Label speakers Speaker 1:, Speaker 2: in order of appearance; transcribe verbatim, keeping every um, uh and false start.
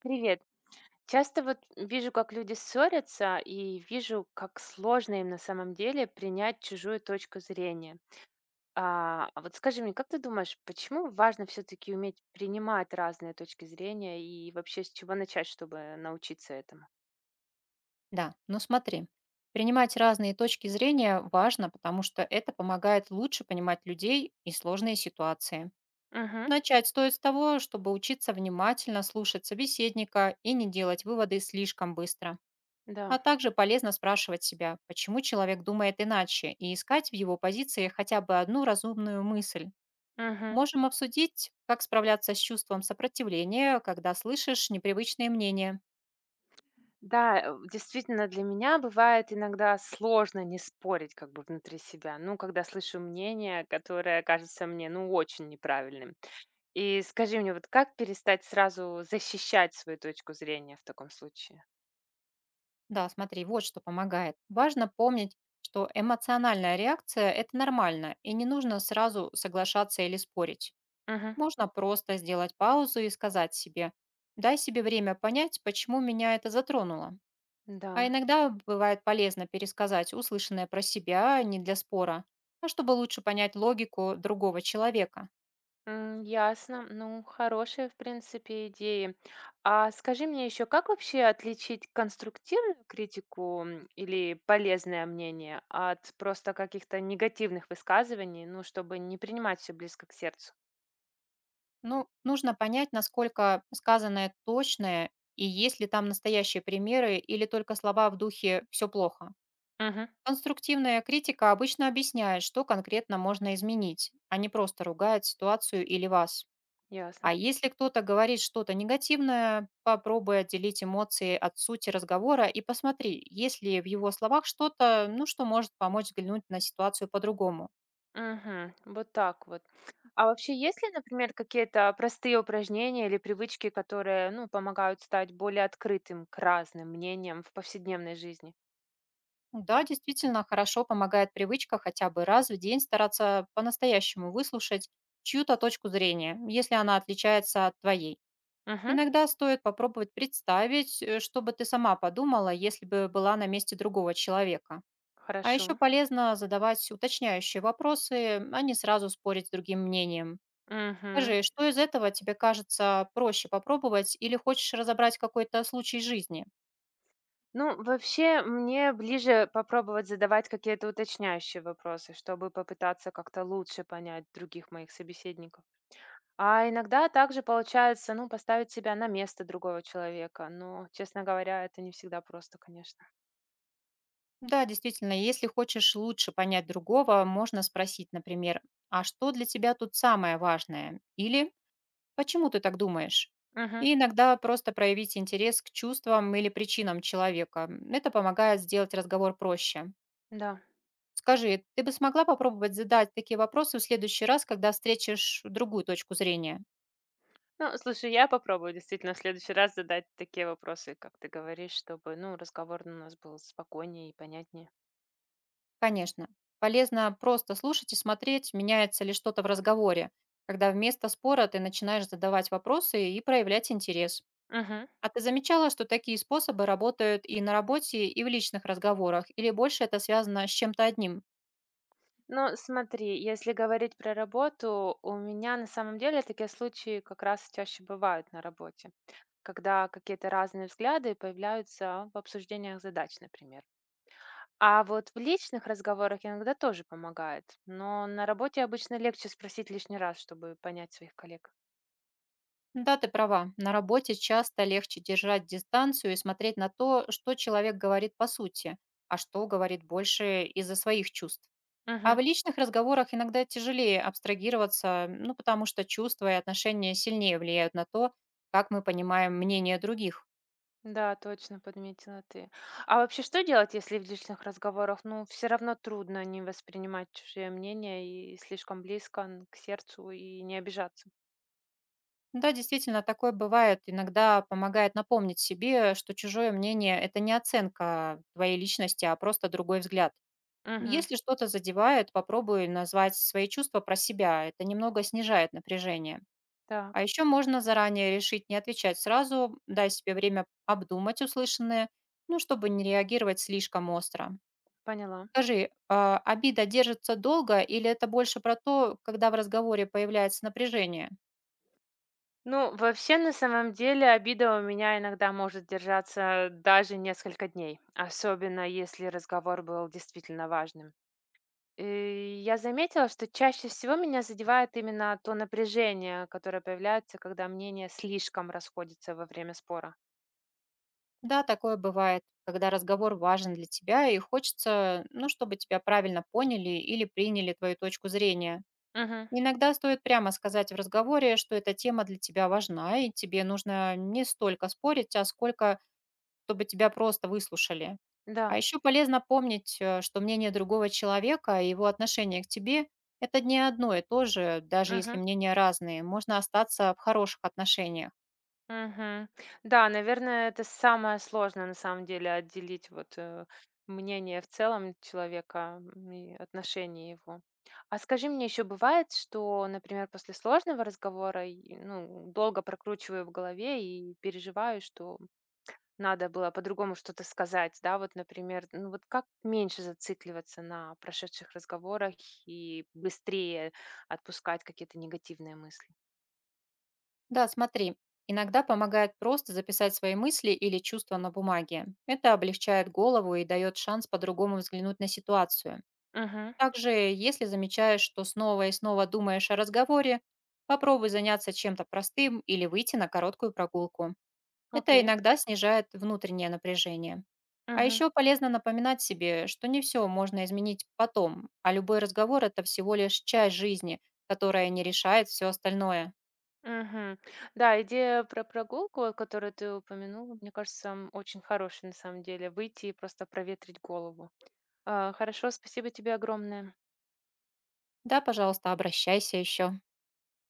Speaker 1: Привет. Часто вот вижу, как люди ссорятся, и вижу, как сложно им на самом деле принять чужую точку зрения. А, а вот скажи мне, как ты думаешь, почему важно все-таки уметь принимать разные точки зрения и вообще с чего начать, чтобы научиться этому?
Speaker 2: Да, ну смотри, принимать разные точки зрения важно, потому что это помогает лучше понимать людей и сложные ситуации.
Speaker 1: Угу,
Speaker 2: Начать стоит с того, чтобы учиться внимательно слушать собеседника и не делать выводы слишком быстро.
Speaker 1: да.
Speaker 2: А также полезно спрашивать себя, почему человек думает иначе, и искать в его позиции хотя бы одну разумную мысль.
Speaker 1: Мгм.
Speaker 2: Можем обсудить, как справляться с чувством сопротивления, когда слышишь непривычные мнения.
Speaker 1: Да, э, действительно, для меня бывает иногда сложно не спорить как бы внутри себя, ну, когда слышу мнение, которое кажется мне, ну, очень неправильным. И скажи мне, вот как перестать сразу защищать свою точку зрения в таком случае?
Speaker 2: Да, смотри, вот что помогает. Важно помнить, что эмоциональная реакция– это нормально, и не нужно сразу соглашаться или спорить.
Speaker 1: Мгм.
Speaker 2: Можно просто сделать паузу и сказать себе, дай себе время понять, почему меня это затронуло.
Speaker 1: Да,
Speaker 2: А иногда бывает полезно пересказать услышанное про себя а не для спора, а чтобы лучше понять логику другого человека.
Speaker 1: М, ясно. Ну, хорошие, в принципе, идеи. А скажи мне еще, как вообще отличить конструктивную критику м, или полезное мнение от просто каких-то негативных высказываний, ну, чтобы не принимать все близко к сердцу?
Speaker 2: Ну, нужно понять, насколько сказанное точное и есть ли там настоящие примеры или только слова в духе «все плохо».
Speaker 1: Мгм.
Speaker 2: Конструктивная критика обычно объясняет, что конкретно можно изменить, а не просто ругает ситуацию или вас.
Speaker 1: Ясно.
Speaker 2: А если кто-то говорит что-то негативное, попробуй отделить эмоции от сути разговора и посмотри, есть ли в его словах что-то, ну, что может помочь взглянуть на ситуацию по-другому.
Speaker 1: Мгм. Вот так вот. А вообще есть ли, например, какие-то простые упражнения или привычки, которые, ну, помогают стать более открытым к разным мнениям в повседневной жизни?
Speaker 2: Да, действительно, хорошо помогает привычка хотя бы раз в день стараться по-настоящему выслушать чью-то точку зрения, если она отличается от твоей.
Speaker 1: Мгм.
Speaker 2: Иногда стоит попробовать представить, э, что бы ты сама подумала, если бы была на месте другого человека. А
Speaker 1: Хорошо.
Speaker 2: еще полезно задавать уточняющие вопросы, а не сразу спорить с другим мнением.
Speaker 1: Мгм.
Speaker 2: Скажи, что из этого тебе кажется проще попробовать или хочешь разобрать какой-то случай жизни?
Speaker 1: Ну, вообще, мне ближе попробовать задавать какие-то уточняющие вопросы, чтобы попытаться как-то лучше понять других моих собеседников. А иногда также получается, ну, поставить себя на место другого человека. Но, честно говоря, это не всегда просто, конечно.
Speaker 2: Да, действительно, если хочешь лучше понять другого, можно спросить, например, а что для тебя тут самое важное? Или почему ты так думаешь?
Speaker 1: Угу,
Speaker 2: И иногда просто проявить интерес к чувствам или причинам человека. Это помогает сделать разговор проще.
Speaker 1: да.
Speaker 2: Скажи, ты бы смогла попробовать задать такие вопросы в следующий раз, когда встретишь другую точку зрения?
Speaker 1: Ну, слушай, я попробую действительно в следующий раз задать такие вопросы, как ты говоришь, чтобы, ну, разговор у нас был спокойнее и понятнее.
Speaker 2: Конечно. Полезно просто слушать и смотреть, меняется ли что-то в разговоре, когда вместо спора ты начинаешь задавать вопросы и проявлять интерес.
Speaker 1: Мгм.
Speaker 2: А ты замечала, что такие способы работают и на работе, и в личных разговорах, или больше это связано с чем-то одним?
Speaker 1: Ну, смотри, если говорить про работу, у меня на самом деле такие случаи как раз чаще бывают на работе, когда какие-то разные взгляды появляются в обсуждениях задач, например. А вот в личных разговорах иногда тоже помогает, но на работе обычно легче спросить лишний раз, чтобы понять своих коллег.
Speaker 2: Да, ты права. На работе часто легче держать дистанцию и смотреть на то, что человек говорит по сути, а что говорит больше из-за своих чувств. А
Speaker 1: Мгм.
Speaker 2: в личных разговорах иногда тяжелее абстрагироваться, ну, потому что чувства и отношения сильнее влияют на то, как мы понимаем мнение других.
Speaker 1: Да, точно подметила ты. А вообще, что делать, если в личных разговорах, ну, все равно трудно не воспринимать чужие мнения и слишком близко н- к сердцу и не обижаться?
Speaker 2: Да, действительно, такое бывает. Иногда помогает напомнить себе, что чужое мнение– это не оценка твоей личности, а просто другой взгляд.
Speaker 1: Угу,
Speaker 2: Если что-то задевает, попробуй назвать свои чувства про себя. Это немного снижает напряжение. А
Speaker 1: так,
Speaker 2: еще можно заранее решить не отвечать сразу, дай себе время обдумать услышанное, ну, чтобы не реагировать слишком остро.
Speaker 1: поняла.
Speaker 2: Скажи, а, обида держится долго или это больше про то, когда в разговоре появляется напряжение?
Speaker 1: Ну, вообще, на самом деле, обида у меня иногда может держаться даже несколько дней, особенно если разговор был действительно важным. И я заметила, что чаще всего меня задевает именно то напряжение, которое появляется, когда мнения слишком расходятся во время спора.
Speaker 2: Да, такое бывает, когда разговор важен для тебя и хочется, ну, чтобы тебя правильно поняли или приняли твою точку зрения.
Speaker 1: Мгм.
Speaker 2: Иногда стоит прямо сказать в разговоре, что эта тема для тебя важна, и тебе нужно не столько спорить, а сколько, чтобы тебя просто выслушали. А
Speaker 1: Да.
Speaker 2: еще полезно помнить, э, что мнение другого человека и его отношение к тебе– это не одно и то же, даже если
Speaker 1: Мгм.
Speaker 2: мнения разные, можно остаться в хороших отношениях.
Speaker 1: Мгм. Да, наверное, это самое сложное, на самом деле, отделить вот э, мнение в целом человека м, и отношение его. А скажи мне, еще бывает, что, например, после сложного разговора, и, ну, долго прокручиваю в голове и переживаю, что надо было по-другому что-то сказать, да, вот, например, ну вот как меньше зацикливаться на прошедших разговорах и быстрее отпускать какие-то негативные мысли?
Speaker 2: Да, смотри, иногда помогает просто записать свои мысли или чувства на бумаге. Это облегчает голову и дает шанс по-другому взглянуть на ситуацию.
Speaker 1: Угу.
Speaker 2: Также, если замечаешь, что снова и снова думаешь о разговоре, попробуй заняться чем-то простым или выйти на короткую прогулку. Это
Speaker 1: Окей.
Speaker 2: иногда снижает внутреннее напряжение. А
Speaker 1: Мгм.
Speaker 2: еще полезно напоминать себе, что не все можно изменить потом, а любой разговор– это всего лишь часть жизни, которая не решает все остальное.
Speaker 1: Мгм. Да, идея про прогулку, вот которую ты упомянула, мне кажется, м, очень хорошая на самом деле. Выйти и просто проветрить голову. А, Хорошо, спасибо тебе огромное.
Speaker 2: Да, пожалуйста, обращайся еще.